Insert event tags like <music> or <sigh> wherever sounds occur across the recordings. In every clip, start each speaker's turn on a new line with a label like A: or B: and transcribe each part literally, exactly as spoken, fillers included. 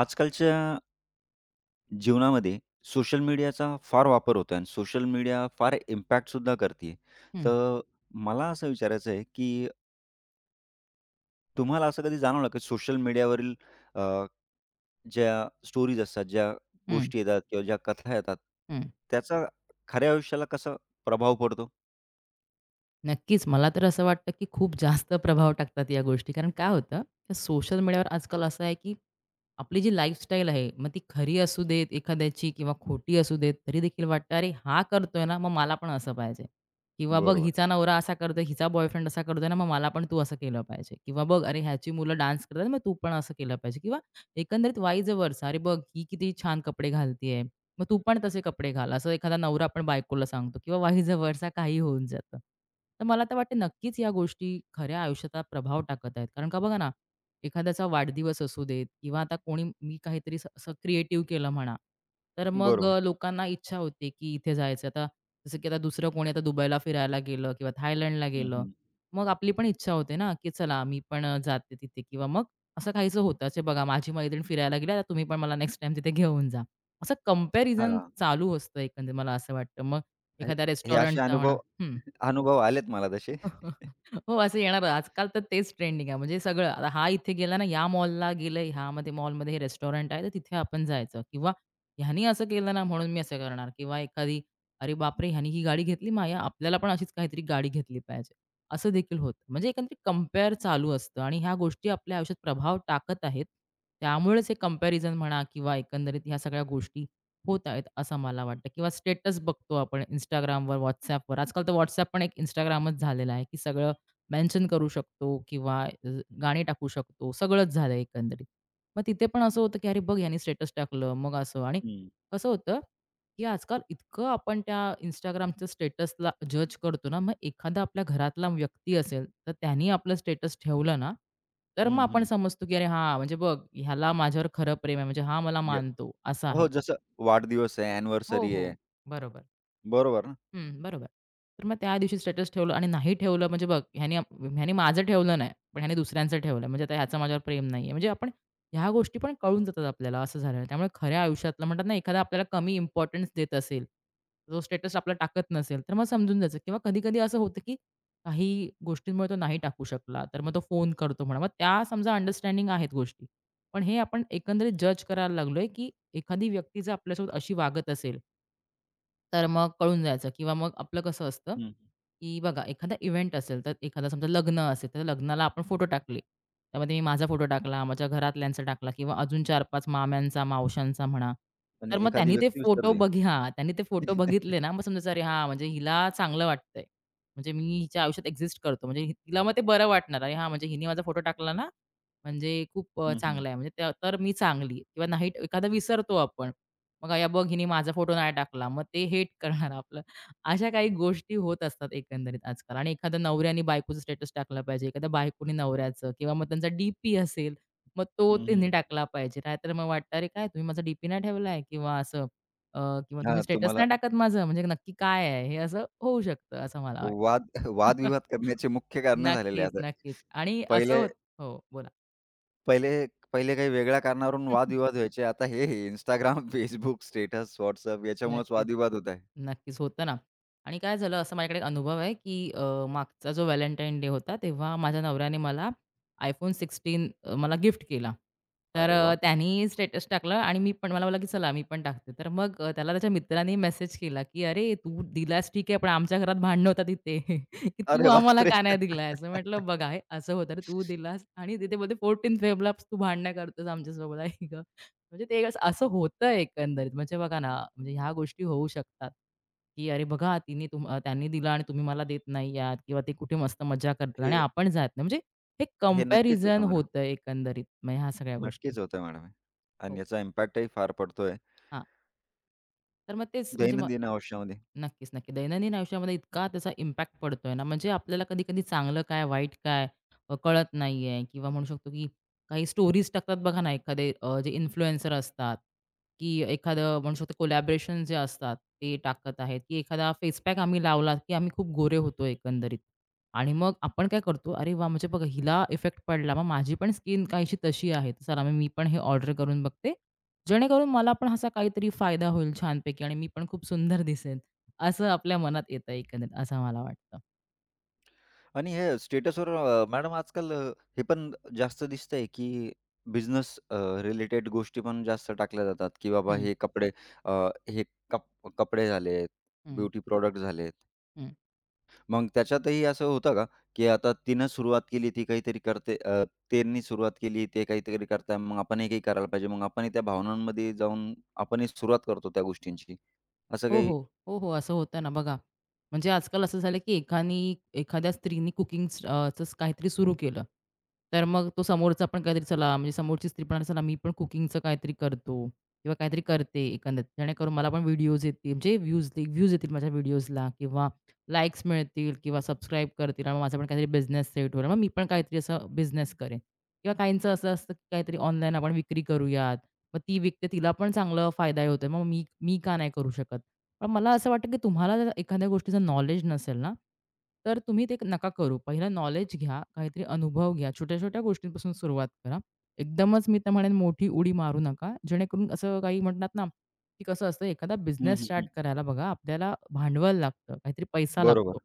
A: आजकालच्या जीवनामध्ये सोशल मीडियाचा फार वापर होतो आणि सोशल मीडिया फार इम्पॅक्टसुद्धा करते.
B: हं,
A: तर मला असं विचारायचं आहे, की तुम्हाला असं कधी जाणवलं की सोशल मीडियावरील अ, ज्या स्टोरीज असतात, ज्या
B: हं,
A: गोष्टी येतात किंवा ज्या कथा येतात,
B: हं.
A: त्याचा खऱ्या आयुष्याला कसा प्रभाव पडतो?
B: नक्कीच. मला तर असं वाटतं, की खूप जास्त प्रभाव टाकतात या गोष्टी. कारण काय होतं, सोशल मीडियावर आजकाल असं आहे, की आपली जी लाईफस्टाईल आहे, मग ती खरी असू देत एखाद्याची किंवा खोटी असू देत, तरी देखील वाटतं, "अरे, हा करतोय ना, मग मला पण असं पाहिजे." किंवा "बघ,
A: बरोबर,
B: हिचा नवरा असा करतोय, हिचा बॉयफ्रेंड असा करतोय ना, मग मला पण तू असं केलं पाहिजे." किंवा "बघ, अरे, ह्याची मुलं डान्स करतात, मग तू पण असं केलं पाहिजे." किंवा एकंदरीत वाईज वर्सा. "अरे, बघ, ही किती छान कपडे घालतीये." मग तू पण तसे कपडे घाल, असं एखादा नवरा आपण बायकोला सांगतो किंवा व्हाईस व्हर्सा काही होऊन जातं. तर मला तर वाटतं नक्कीच या गोष्टी खऱ्या आयुष्याचा प्रभाव टाकत आहेत. कारण का बघा ना, एखाद्याचा वाढदिवस असू देत किंवा आता कोणी मी काहीतरी असं असं क्रिएटिव्ह केलं म्हणा, तर मग
A: बरोबर.
B: अ, लोकांना इच्छा होते की इथे जायचं. आता जसं की आता दुसरं कोणी आता दुबईला फिरायला गेलं किंवा थायलंडला
A: हं,
B: गेलं,
A: हं.
B: मग आपली पण इच्छा होते ना, की चला मी पण अ, जाते तिथे किंवा मग असं काहीसं होतं. "अच्छा बघा माझी मैत्रीण फिरायला गेली, आता तुम्ही पण मला नेक्स्ट टाईम तिथे घेऊन जा." असं कंपॅरिझन
A: हां.
B: चालू असतं एकंदरीत मला असं वाटतं. मग
A: हे
B: एखाद्या
A: हे असे
B: रेस्टॉरंटचा म्हणा
A: अनुभव
B: हं.
A: <laughs> अनुभव आलेत मला तसे.
B: <laughs> हो, असं येणार आजकाल तर तेच ट्रेंडिंग आहे. म्हणजे सगळं आता हा इथे गेला ना, या मॉलला गेलंय, ह्यामध्ये मॉलमध्ये हे रेस्टॉरंट आहे, तर तिथे आपण जायचं किंवा ह्यानी असं केलं ना म्हणून मी असं करणार किंवा एखादी "अरे बापरे! ह्यानी ही गाडी घेतली माया, आपल्याला पण अशीच काहीतरी गाडी घेतली पाहिजे." असं देखील होतं. म्हणजे एकंदरीत कंपेअर चालू असतं आणि ह्या गोष्टी आपल्या आयुष्यात प्रभाव टाकत आहेत. त्यामुळेच हे कंपॅरिझन म्हणा किंवा एकंदरीत ह्या सगळ्या गोष्टी होत आहेत, असं मला वाटतं किंवा स्टेटस बघतो आपण Instagramवर, WhatsAppवर. आजकाल तर WhatsApp पण एक Instagramच झालेला आहे, की सगळं मेन्शन करू शकतो किंवा अ, गाणी टाकू शकतो. सगळंच झालं एकंदरीत. मग तिथे पण असं होतं, की "अरे बघ ह्याने स्टेटस टाकलं." मग असं आणि
A: हं,
B: कसं होतं, की आजकाल इतकं आपण त्या Instagramच्या स्टेटसला जज करतो ना, मग एखादा आपल्या घरातला व्यक्ती असेल, तर त्यानी आपलं स्टेटस ठेवलं ना, तर मग
A: हं,
B: आपण
A: हं.
B: समजतो, की "अरे हां, म्हणजे बघ ह्याला माझ्यावर खरं प्रेम आहे. म्हणजे हा मला
A: गेल.
B: मानतो." असं
A: हो,
B: आहे.
A: जसं वाढदिवस आहे,
B: हो,
A: अॅनिव्हर्सरी आहे.
B: हो. बरोबर.
A: बरोबर ना.
B: हं, बरोबर. तर मग त्या दिवशी स्टेटस ठेवलं आणि नाही ठेवलं म्हणजे बघ ह्याने ह्याने माझं ठेवलं नाही, पण ह्याने दुसऱ्यांचं ठेवलं. म्हणजे आता ह्याचं माझ्यावर प्रेम नाहीये. म्हणजे आपण ह्या गोष्टी पण कळून जातात आपल्याला असं झालं. त्यामुळे खऱ्या आयुष्यातलं म्हणतात ना, एखादा आपल्याला कमी इम्पोर्टन्स देत असेल, जो स्टेटस आपला टाकत नसेल, तर मग समजून जायचं किंवा कधी-कधी असं होतं, की काही गोष्टींमुळे तो नाही टाकू शकला, तर मग तो फोन करतो म्हणा. मग त्या समजा अंडरस्टँडिंग आहेत गोष्टी. पण हे आपण एकंदरीत जज करायला लागलोय, की एखादी व्यक्ती जर आपल्यासोबत अशी वागत असेल तर मग कळून जायचं किंवा मग आपलं कसं असतं,
A: हं.
B: की बघा एखादा इव्हेंट असेल, तर एखादा समजा लग्न असेल, तर लग्नाला आपण फोटो टाकले. त्यामध्ये मी माझा फोटो टाकला, माझ्या घरातल्यांचा टाकला किंवा अजून चार-पाच माम्यांचा, मावशांचा म्हणा.
A: आणि
B: तर मग
A: एखादी
B: त्यांनी ते
A: व्यक्ती
B: फोटो
A: विसरली.
B: बघी हां, त्यांनी ते फोटो बघितले ना,
A: <laughs>
B: मग समजायचं अरे हां, म्हणजे हिला चांगलं वाटतंय. म्हणजे मी हिच्या आयुष्यात एक्झिस्ट करतो. म्हणजे हि- तिला मग ते बरं वाटणार. अरे हां, म्हणजे हिने माझा फोटो टाकला ना, म्हणजे खूप अ,
A: हं, हं.
B: चांगला आहे म्हणजे त्या तर मी चांगली किंवा नाही एखादा विसरतो आपण. मग "या बघ हिने माझा फोटो नाही टाकला." मग ते हेट करणार आपलं. अशा काही गोष्टी होत असतात एकंदरीत आजकाल आणि एखाद्या नवऱ्याने बायकोचं स्टेटस टाकलं पाहिजे, एखाद्या बायकोने नवऱ्याचं किंवा मग त्यांचा डी असेल, मग तो
A: हं,
B: त्यांनी
A: हं.
B: टाकला पाहिजे. नाहीतर मग वाटतं, "अरे काय तुम्ही माझा डी नाही ठेवलाय?" किंवा असं अ, किंवा
A: <laughs>
B: "तुम्ही
A: हां,
B: स्टेटस
A: तुम्हाला
B: नाही टाकत माझं, म्हणजे नक्की काय आहे?" हे असं होऊ शकतं असं मला वाटतं.
A: वाद वादविवाद
B: <laughs>
A: करण्याचे मुख्य कारणं झालेले
B: नक्कीच,
A: आता.
B: नक्कीच आणि असं
A: पहिले
B: होत हो, बोला.
A: पहिले पहिले काही वेगळ्या कारणावरून
B: <laughs>
A: वादविवाद व्हायचे. आता हे, हे Instagram, <laughs> Facebook, स्टेटस, WhatsApp याच्यामुळेच
B: नक्कीच.
A: वादविवाद होत आहे.
B: नक्कीच, होतं ना. आणि काय झालं असं माझ्याकडे एक अनुभव आहे, की अ, मागचा जो व्हॅलेंटाईन डे होता, तेव्हा माझ्या नवऱ्याने मला iPhone सोळा अ, मला गिफ्ट केला. तर
A: अरे
B: अ,
A: वाह!
B: त्यानी स्टेटस टाकलं आणि मी पण मला वाटलं, की चला मी पण टाकते. तर मग अ, त्याला त्याच्या मित्राने मेसेज केला, की "अरे, तू दिलास ठीक आहे, पण आमच्या घरात भांडणं होतात इथे, <laughs> की तू
A: अरे
B: आम्हाला
A: बापरे!
B: का नाही दिलास?" मी म्हटलं,
A: <laughs>
B: "बघा, हे असं होतं. रे, तू दिलास आणि तिथे बोलते चौदा फेबलाच तू भांडणं करतोस आमच्यासोबत." <laughs> आई म्हणजे ते असं असं होतं एकंदरीत. म्हणजे बघा ना, म्हणजे ह्या गोष्टी होऊ शकतात, की "अरे बघा, तिने तुम अ, त्यांनी दिलं आणि तुम्ही मला देत नाही आहात" किंवा "ते कुठे मस्त मज्जा करतात आणि
A: हे
B: आपण जात नाही." म्हणजे हे
A: हे नक्कीच
B: कंपॅरिझन
A: होतं मॅडम.
B: होतं एकंदरीत, मग ह्या सगळ्या गोष्टी.
A: नक्कीच होतं मॅडम हे. आणि
B: हो.
A: याचा इम्पॅक्टही फार पडतोय
B: हां. तर मग तेच म्हणजे मग
A: दैनंदिन आयुष्यामध्ये.
B: नक्कीच, नक्की. दैनंदिन आयुष्यामध्ये इतका त्याचा इम्पॅक्ट पडतोय ना, म्हणजे आपल्याला कधी-कधी चांगलं काय, वाईट काय अ, कळत नाहीये किंवा म्हणू शकतो, की काही स्टोरीज टाकतात बघा ना, एखादे अ, जे इन्फ्लुएन्सर असतात, की एखादं म्हणू शकतो कोलॅबोरेशन जे असतात, ते टाकत आहेत, की एखादा फेस पॅक आम्ही लावला, की आम्ही खूप गोरे होतो एकंदरीत. आणि मग आपण काय करतो, "अरे वाह! म्हणजे बघा हिला इफेक्ट पडला, मग माझी पण स्किन काहीशी तशी आहे. तर चला मग मी पण हे ऑर्डर करून बघते, जेणेकरून मला पण असा काहीतरी फायदा होईल छानपैकी आणि मी पण खूप सुंदर दिसेन." असं आपल्या मनात येतं एकंदरीत असं मला वाटतं.
A: आणि हे स्टेटसवर अ, मॅडम आजकाल अ, हे पण जास्त दिसतंय, की बिझनेस अ, रिलेटेड गोष्टी पण जास्त टाकल्या जातात, की बाबा,
B: हं,
A: हे कपडे अ, हे कप कपडे झालेत,
B: हं,
A: ब्युटी प्रॉडक्ट झालेत.
B: हं.
A: मग त्याच्यातही असं होतं का, की आता तिनं सुरुवात केली, ती काहीतरी करते, अ, त्यांनी सुरुवात केली, ते काहीतरी करताय, मग आपणही काही करायला पाहिजे. मग आपणही त्या भावनांमध्ये जाऊन आपणही सुरुवात करतो त्या गोष्टींची. असं
B: हो,
A: काही.
B: हो. हो, हो. असं होतं ना बघा. म्हणजे आजकाल असं झालं, की एकानी एखाद्या स्त्रीनी कुकिंग काहीतरी सुरू केलं. तर मग तो समोरचा पण काहीतरी चला म्हणजे समोरची स्त्री पण "चला मी पण कुकिंगचं काहीतरी करतो किंवा काहीतरी करते एकंदरीत. जेणेकरून मला पण व्हिडिओज येतील म्हणजे व्ह्यूज व्ह्यूज येतील माझ्या व्हिडिओजला किंवा लाईक्स मिळतील किंवा सबस्क्राईब करतील आणि माझा पण काहीतरी बिझनेस सेट होईल. मग मी पण काहीतरी असं बिझनेस करेन." किंवा काहींचं असं असतं, की काहीतरी ऑनलाईन आपण विक्री करूयात. मग ती विकते तिला पण चांगला फायदा होतोय. मग मी मी का नाही करू शकत? पण मला असं वाटतं की तुम्हाला जर एखाद्या गोष्टीचं नॉलेज नसेल ना, तर तुम्ही ते नका करू. पहिला नॉलेज घ्या, काहीतरी अनुभव घ्या, छोट्या-छोट्या गोष्टींपासून सुरुवात करा. एकदमच मी तर म्हणेन मोठी उडी मारू नका. जेणेकरून असं काही म्हणतात ना, की कसं असतं एखादा
A: हं,
B: बिझनेस
A: हं,
B: स्टार्ट
A: हं.
B: करायला बघा आपल्याला भांडवल लागतं, काहीतरी पैसा लागतो.
A: बरोबर,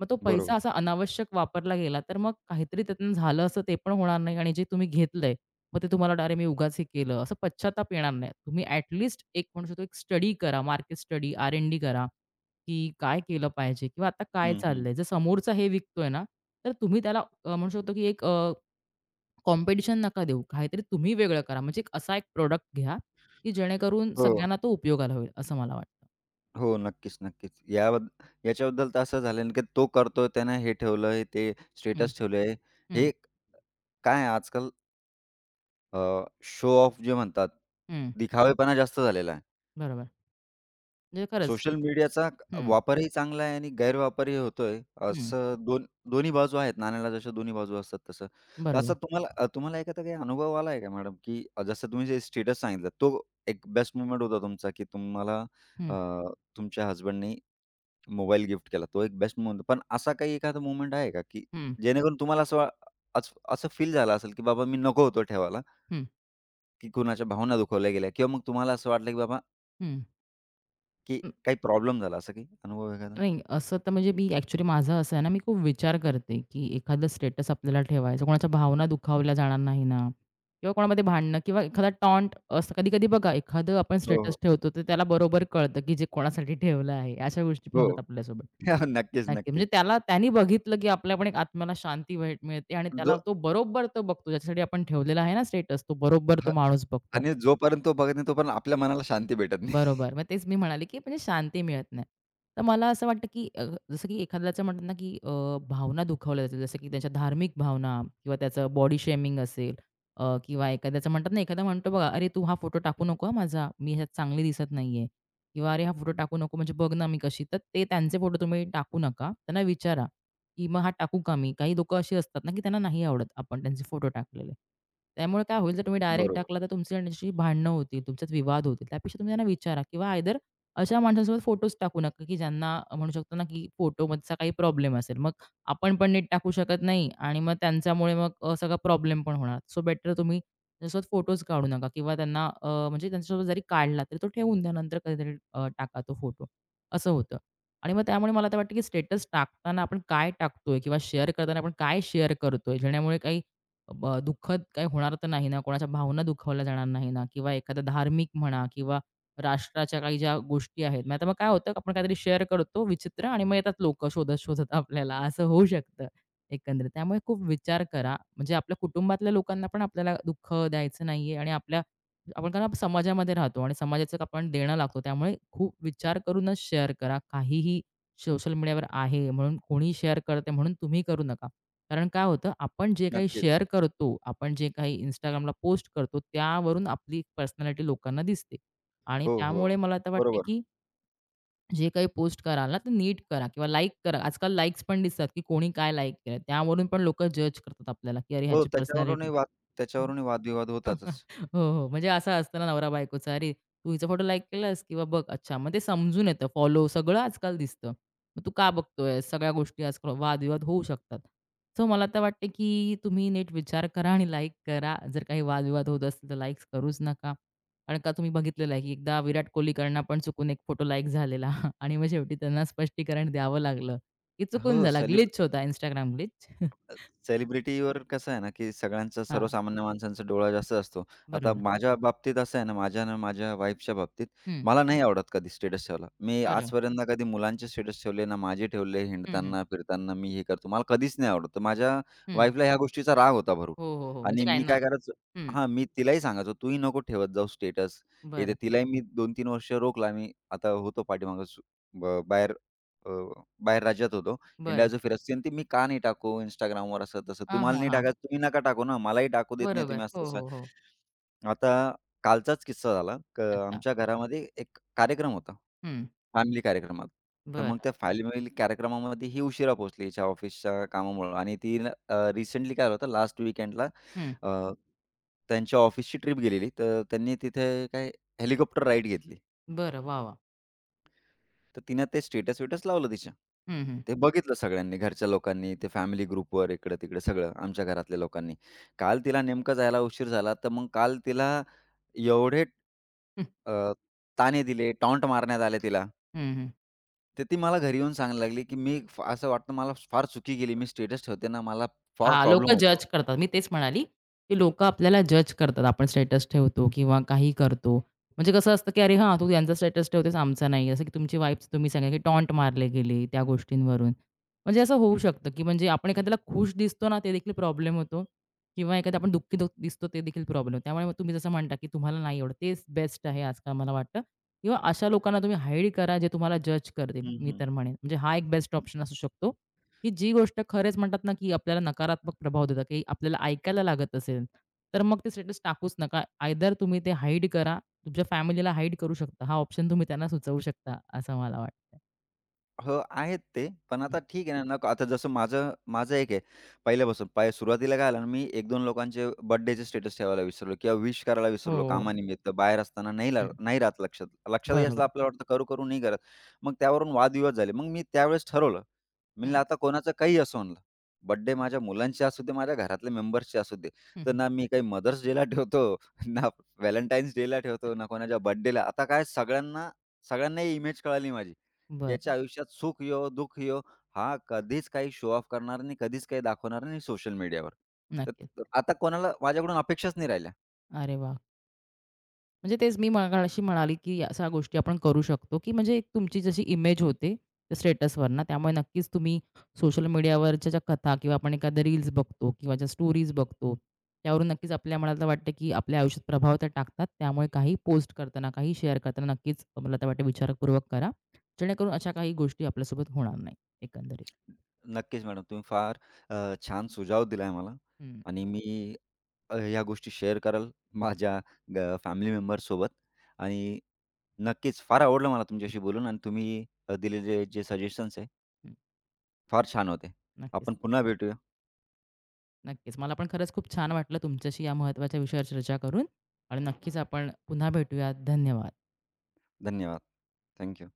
B: मग तो पैसा
A: बरोबर.
B: असा अनावश्यक वापरला गेला, तर मग काहीतरी त्यातून झालं असं ते पण होणार नाही आणि जे तुम्ही घेतलंय मग ते तुम्हाला "अरे, मी उगाच हे केलं." असं पश्चाताप येणार नाही. तुम्ही ॲट एक म्हणू शकतो एक स्टडी करा, मार्केट स्टडी, आर-एन-डी करा, की काय केलं पाहिजे किंवा आता काय
A: हं, हं.
B: चाललंय. जर समोरचा हे विकतोय ना, तर तुम्ही त्याला अ, म्हणू शकतो की एक अ, कॉम्पिटिशन नका देऊ. काहीतरी तुम्ही वेगळं करा. म्हणजे एक असा एक प्रॉडक्ट घ्या, की जेणेकरून
A: हो.
B: सगळ्यांना तो उपयोगाला होईल, असं मला वाटतं.
A: हो, नक्कीच, नक्कीच. याबद्द याच्याबद्दल तर असं झालं ना, की तो करतोय, त्यानं हे ठेवलंय, ते
B: हं,
A: स्टेटस ठेवलंय. हे
B: हं,
A: काय आहे आजकाल शो ऑफ जे म्हणतात,
B: हं.
A: दिखावेपणा जास्त झालेला आहे.
B: बरोबर. म्हणजे खरंच.
A: सोशल मीडियाचा
B: हं,
A: वापरही चांगला आहे आणि गैरवापरही होतोय.
B: हं.
A: असं दोन दोन्ही बाजू आहेत. नाण्याला जशा दोन्ही बाजू असतात तसं. तर असं
B: बरोबर.
A: तुम्हाला, अ, तुम्हाला एखादा काही अनुभव आला आहे का मॅडम, की अ, जसं तुम्ही जे स्टेटस सांगितलं, तो एक बेस्ट मोमेंट होता तुमचा, की तुम्हाला, अ,
B: हं,
A: तुमच्या हसबँडनी मोबाईल गिफ्ट केला. तो एक बेस्ट मोमेंट. पण असा काही एखादा मोमेंट आहे का, की
B: हं,
A: जेणेकरून तुम्हाला असं वा अस असं फील झालं असेल, की बाबा मी नको होतो ठेवायला,
B: हं,
A: की कुणाच्या भावना दुखावल्या गेल्या किंवा मग तुम्हाला असं वाटलं, की बाबा,
B: हं.
A: की काही प्रॉब्लेम झाला, असं काही अनुभव एखादा?
B: नाही, असं तर म्हणजे मी ॲक्चुअली माझं असं आहे ना, मी खूप विचार करते, की एखादं स्टेटस आपल्याला ठेवायचं, कोणाच्या भावना दुखावल्या जाणार नाही ना किंवा कोणामध्ये भांडणं किंवा एखादा टॉन्ट असतं. कधी-कधी बघा, एखादं आपण
A: हो,
B: स्टेटस
A: हो.
B: ठेवतो, तर त्याला बरोबर कळतं, की जे कोणासाठी ठेवलं आहे. अशा गोष्टी पण
A: हो.
B: होतात आपल्यासोबत.
A: <laughs> नक्कीच,
B: नक्की. म्हणजे
A: नक्कीच.
B: त्याला त्यानी बघितलं, की आपल्या पण एक आत्म्याला शांती भेट मिळते आणि त्याला
A: जो,
B: तो बरोबर तो बघतो, ज्याच्यासाठी आपण ठेवलेला आहे ना स्टेटस, तो बरोबर तो
A: हां.
B: माणूस बघतो.
A: आणि जोपर्यंत तो बघत नाही, तोपर्यंत आपल्या मनाला शांती भेटत नाही. <laughs>
B: बरोबर. मग तेच मी म्हणाले, की म्हणजे शांती मिळत नाही. तर मला असं वाटतं, की अ, जसं की एखाद्याचं म्हणतात ना, की अ, भावना दुखावल्या जातील. जसं की त्याच्या धार्मिक भावना किंवा त्याचं बॉडी शेमिंग असेल अ, किंवा एखाद्याचं म्हणतात ना, एखादा म्हणतो बघा, "अरे, तू हा फोटो टाकू नको हां माझा. मी ह्यात चांगली दिसत नाहीये." किंवा "अरे, हा फोटो टाकू नको म्हणजे बघ ना मी कशी." तर ते त्यांचे फोटो तुम्ही टाकू नका. त्यांना विचारा, की मग हा टाकू का मी? काही लोकं अशी असतात ना, की त्यांना नाही आवडत आपण त्यांचे फोटो टाकलेले. त्यामुळे काय होईल, जर तुम्ही डायरेक्ट
A: बरोबर.
B: टाकला तर तुमची त्यांच्याशी भांडणं होतील, तुमच्यात विवाद होतील. त्यापेक्षा तुम्ही त्यांना विचारा किंवा आयदर अशा माणसांसोबत फोटोच टाकू नका, की ज्यांना अ, म्हणू शकतो ना, की फोटोमधचा काही प्रॉब्लेम असेल. मग आपण पण नीट टाकू शकत नाही आणि मग त्यांच्यामुळे मग अ, सगळा प्रॉब्लेम पण होणार. सो बेटर तुम्ही त्यांच्यासोबत फोटोच काढू नका किंवा त्यांना अ, म्हणजे त्यांच्यासोबत जरी काढला तरी तो ठेवून द्या. कधीतरी अ, टाका तो फोटो. असं होतं. आणि मग त्यामुळे मला तर वाटतं, की स्टेटस टाकताना आपण काय टाकतोय किंवा शेअर करताना आपण काय शेअर करतोय? जेण्यामुळे काही ब दुःखद काही होणार तर नाही ना, कोणाच्या भावना दुखावल्या जाणार नाही ना किंवा एखादा धार्मिक म्हणा किंवा राष्ट्राच्या काही ज्या गोष्टी आहेत. मग आता मग काय होतं, आपण काहीतरी शेअर करतो विचित्र आणि मग येतात लोकं शोधत-शोधत आपल्याला. असं होऊ शकतं एकंदरीत. त्यामुळे खूप विचार करा. म्हणजे आपल्या कुटुंबातल्या लोकांना पण आपल्याला दुःख द्यायचं नाहीये आणि आपल्या आपण कारण आपण समाजामध्ये राहतो आणि समाजाचं आपण देणं लागतो. त्यामुळे खूप विचार करूनच शेअर करा. काहीही सोशल मीडियावर आहे म्हणून कोणी शेअर करते, म्हणून तुम्ही करू नका. कारण काय होतं, आपण जे काही
A: नक्कीच.
B: शेअर करतो, आपण जे काही Instagramला पोस्ट करतो, त्यावरून आपली पर्सनॅलिटी लोकांना दिसते. आणि
A: हो, हो.
B: त्यामुळे मला तर वाटतं,
A: बरोबर.
B: की जे काही पोस्ट कराल ना, ते नीट करा किंवा लाईक करा. आजकाल लाईक्स पण दिसतात, की कोणी काय लाईक केलं. त्यावरून पण लोकं जज करतात आपल्याला, की अरे
A: हो,
B: ह्याची पर्सनॅलिटी
A: त्याच्यावरूनही वाद त्याच्यावरूनही वादविवाद होतातच.
B: <laughs> हो, हो. म्हणजे असं असतं ना नवरा-बायकोचा, "अरे, तू हिचा फोटो लाईक केलास किंवा बघ, अच्छा." मग ते समजून येतं. फॉलो सगळं आजकाल दिसतं. "मग तू का बघतोयस?" सगळ्या गोष्टी आजकाल वादविवाद होऊ शकतात. सो मला तर वाटते, की तुम्ही नीट विचार करा आणि लाईक करा. जर काही वादविवाद होत असतील, तर लाईक्स करूच नका. कारण का तुम्ही बघितलेलं आहे, की एकदा विराट कोहलीकडनं पण चुकून एक फोटो लाईक झालेला <laughs> आणि मग शेवटी त्यांना स्पष्टीकरण द्यावं लागलं, की चुकून
A: हो,
B: झाला. ग्लिच होता Instagram ग्लिच. <laughs>
A: सेलिब्रिटीवर कसं आहे ना, की सगळ्यांचा
B: हां,
A: सर्वसामान्य माणसांचा डोळा जास्त असतो. आता हो.
B: बरोबर.
A: माझ्या बाबतीत असं आहे ना, माझ्या आणि माझ्या वाईफच्या बाबतीत
B: हं,
A: मला नाही आवडत कधी स्टेटस ठेवायला. मी
B: बरोबर.
A: आजपर्यंत कधी मुलांचे स्टेटस ठेवले ना माझे ठेवले
B: हं, हं,
A: हिंडताना, फिरताना मी हे करतो. मला कधीच नाही आवडत. तर माझ्या
B: हं.
A: वाईफला ह्या गोष्टीचा राग होता भरून
B: हो, हो, हो. म्हणजे
A: आणि
B: काही
A: मी काय
B: नसतं.
A: करायचो.
B: हं.
A: हां, मी तिलाही सांगायचो, "तूही नको ठेवत जाऊ स्टेटस." हे ते
B: बरं,
A: तिलाही मी दोन ते तीन वर्ष रोखला. मी आता होतो पाठीमागं, सु ब बाहेर अ, बाहेर राज्यात होतो. इंडिया
B: बरं.
A: जो फिरस्ती आणि ती मी का नाही टाकू Instagramवर असं तसं.
B: हां,
A: तुम्हाला
B: हां,
A: नाही
B: हां.
A: टाकायचं तुम्ही नका टाकू ना. मलाही टाकू देत नाही तुम्ही
B: बरोबर.
A: असं
B: हो,
A: तसं.
B: हो, हो.
A: आता कालचाच किस्सा झाला. क
B: अच्छा.
A: आमच्या घरामध्ये एक कार्यक्रम होता.
B: हं.
A: फॅमिली कार्यक्रमात. तर मग
B: बरं.
A: त्या फॅमिली कार्यक्रमामध्ये ही उशिरा पोहोचली हिच्या ऑफिसच्या कामामुळं आणि ती रिसेंटली काय झालं होतं लास्ट वीकेंडला
B: हं.
A: त्यांच्या ऑफिसची ट्रिप गेलेली. तर त्यांनी तिथे काय हेलिकॉप्टर राईड घेतली.
B: बरं. वाह, वाह!
A: तर तिनं ते स्टेटस वेटस लावलं तिच्या.
B: हं, हं.
A: ते बघितलं सगळ्यांनी, घरच्या लोकांनी, ते फॅमिली ग्रुपवर इकडं-तिकडे सगळं आमच्या घरातल्या लोकांनी. काल तिला नेमकं जायला उशीर झाला, तर मग काल तिला एवढे,
B: हं,
A: अ, ताणे दिले, टॉन्ट मारण्यात आले तिला.
B: हं,
A: तर ती मला घरी येऊन सांगायला लागली, की "मी असं वाटतं मला फार चुकी केली. मी स्टेटस ठेवते ना, मला फार
B: हां,
A: प्रॉब्लेम
B: लोकं
A: होतो."
B: जज करतात. मी तेच म्हणाली, की लोकं आपल्याला जज करतात. आपण स्टेटस ठेवतो किंवा काही करतो. म्हणजे कसं असतं, की "अरे हां, तू त्यांचा स्टेटस ठेवतेस, आमचा नाही." जसं की तुमची वाइफ्स तुम्ही सांगा, की टॉन्ट मारले गेले त्या गोष्टींवरून. म्हणजे असं होऊ शकतं, की म्हणजे आपण एखाद्याला खुश दिसतो ना, ते देखील प्रॉब्लेम होतो किंवा एखादा आपण दुःखी दु दिसतो, ते देखील प्रॉब्लेम त्यामुळे मग तुम्ही जसं म्हणता, की तुम्हाला नाही एवढं, तेच बेस्ट आहे आजकाल मला वाटतं किंवा अशा लोकांना तुम्ही हाईड करा, जे तुम्हाला जज करतील.
A: हं,
B: मी
A: हं.
B: तर म्हणेन. म्हणजे हा एक बेस्ट ऑप्शन असू शकतो. की जी गोष्ट खरेच म्हणतात ना, की आपल्याला नकारात्मक प्रभाव देतात, की आपल्याला ऐकायला लागत असेल, तर मग ते स्टेटस टाकूच नका. आयदर तुम्ही ते हाईड करा, तुमच्या फॅमिलीला हाईड करू शकता. हा ऑप्शन तुम्ही त्यांना सुचवू शकता, असं मला वाटतं.
A: हो, आहेत ते. पण
B: हं.
A: आता ठीक आहे ना, नको. आता जसं माझं माझं एक आहे, पहिल्यापासून पाय सुरुवातीला काय झालं ना, मी एक दोन लोकांचे बर्थडेचे स्टेटस ठेवायला विसरलो किंवा विश करायला
B: हो,
A: विसरलो
B: हो.
A: कामानिमित्त. बाहेर असताना नाही ला
B: हं.
A: नाही राहत लक्षात. लक्षातही असलं
B: बरोबर.
A: आपल्याला वाटतं करू-करू नाही करत. मग त्यावरून वादविवाद झाले. मग मी त्यावेळेस ठरवलं, म्हणलं,
B: हं,
A: "आता कोणाचा काही असो," म्हणलं, "बर्थडे माझ्या मुलांचे असू दे, माझ्या घरातल्या मेंबर्सचे असू दे."
B: हं,
A: तर
B: हं.
A: ना मी काही मदर्स डेला ठेवतो, <laughs> ना व्हॅलेंटाईन्स डेला ठेवतो, ना कोणाच्या बर्थडेला. आता काय, सगळ्यांना सगळ्यांना ही इमेज कळाली माझी. याच्या
B: बरं.
A: आयुष्यात सुख येवो, दुःख येवो, हा कधीच काही शो ऑफ करणार नाही, कधीच काही दाखवणार नाही सोशल मीडियावर. तर
B: नक्कीच.
A: तर आता कोणाला माझ्याकडून अपेक्षाच नाही राहिल्या.
B: अरे वाह! म्हणजे तेच मी मगाशी म्हणाली, की अशा गोष्टी आपण करू शकतो, की म्हणजे एक तुमची जशी इमेज होते त्या स्टेटसवर ना, त्यामुळे नक्कीच तुम्ही सोशल मीडियावरच्या ज्या कथा किंवा आपण एखाद्या रील्स बघतो किंवा ज्या स्टोरीज बघतो, त्यावरून नक्कीच आपल्या मला तर वाटतं, की आपल्या आयुष्यात प्रभाव त्या टाकतात. त्यामुळे काही पोस्ट करताना, काही शेअर करताना नक्कीच मला तर वाटतं विचारपूर्वक करा. जेणेकरून अशा काही गोष्टी आपल्यासोबत होणार नाही एकंदरीत.
A: नक्कीच मॅडम, तुम्ही फार अ, छान सुझाव दिलाय मला
B: हं,
A: आणि मी अ, ह्या गोष्टी शेअर कराल माझ्या ग फॅमिली मेंबर्ससोबत आणि नक्कीच फार आवडलं मला तुमच्याशी बोलून आणि तुम्ही अ, दिलेले जे सजेशन्स आहे
B: हं.
A: फार छान होते.
B: नक्कीच,
A: आपण पुन्हा भेटूया.
B: नक्कीच. मला पण खरंच खूप छान वाटलं तुमच्याशी या महत्त्वाच्या विषयावर चर्चा करून आणि नक्कीच आपण पुन्हा भेटूयात. धन्यवाद.
A: धन्यवाद. थँक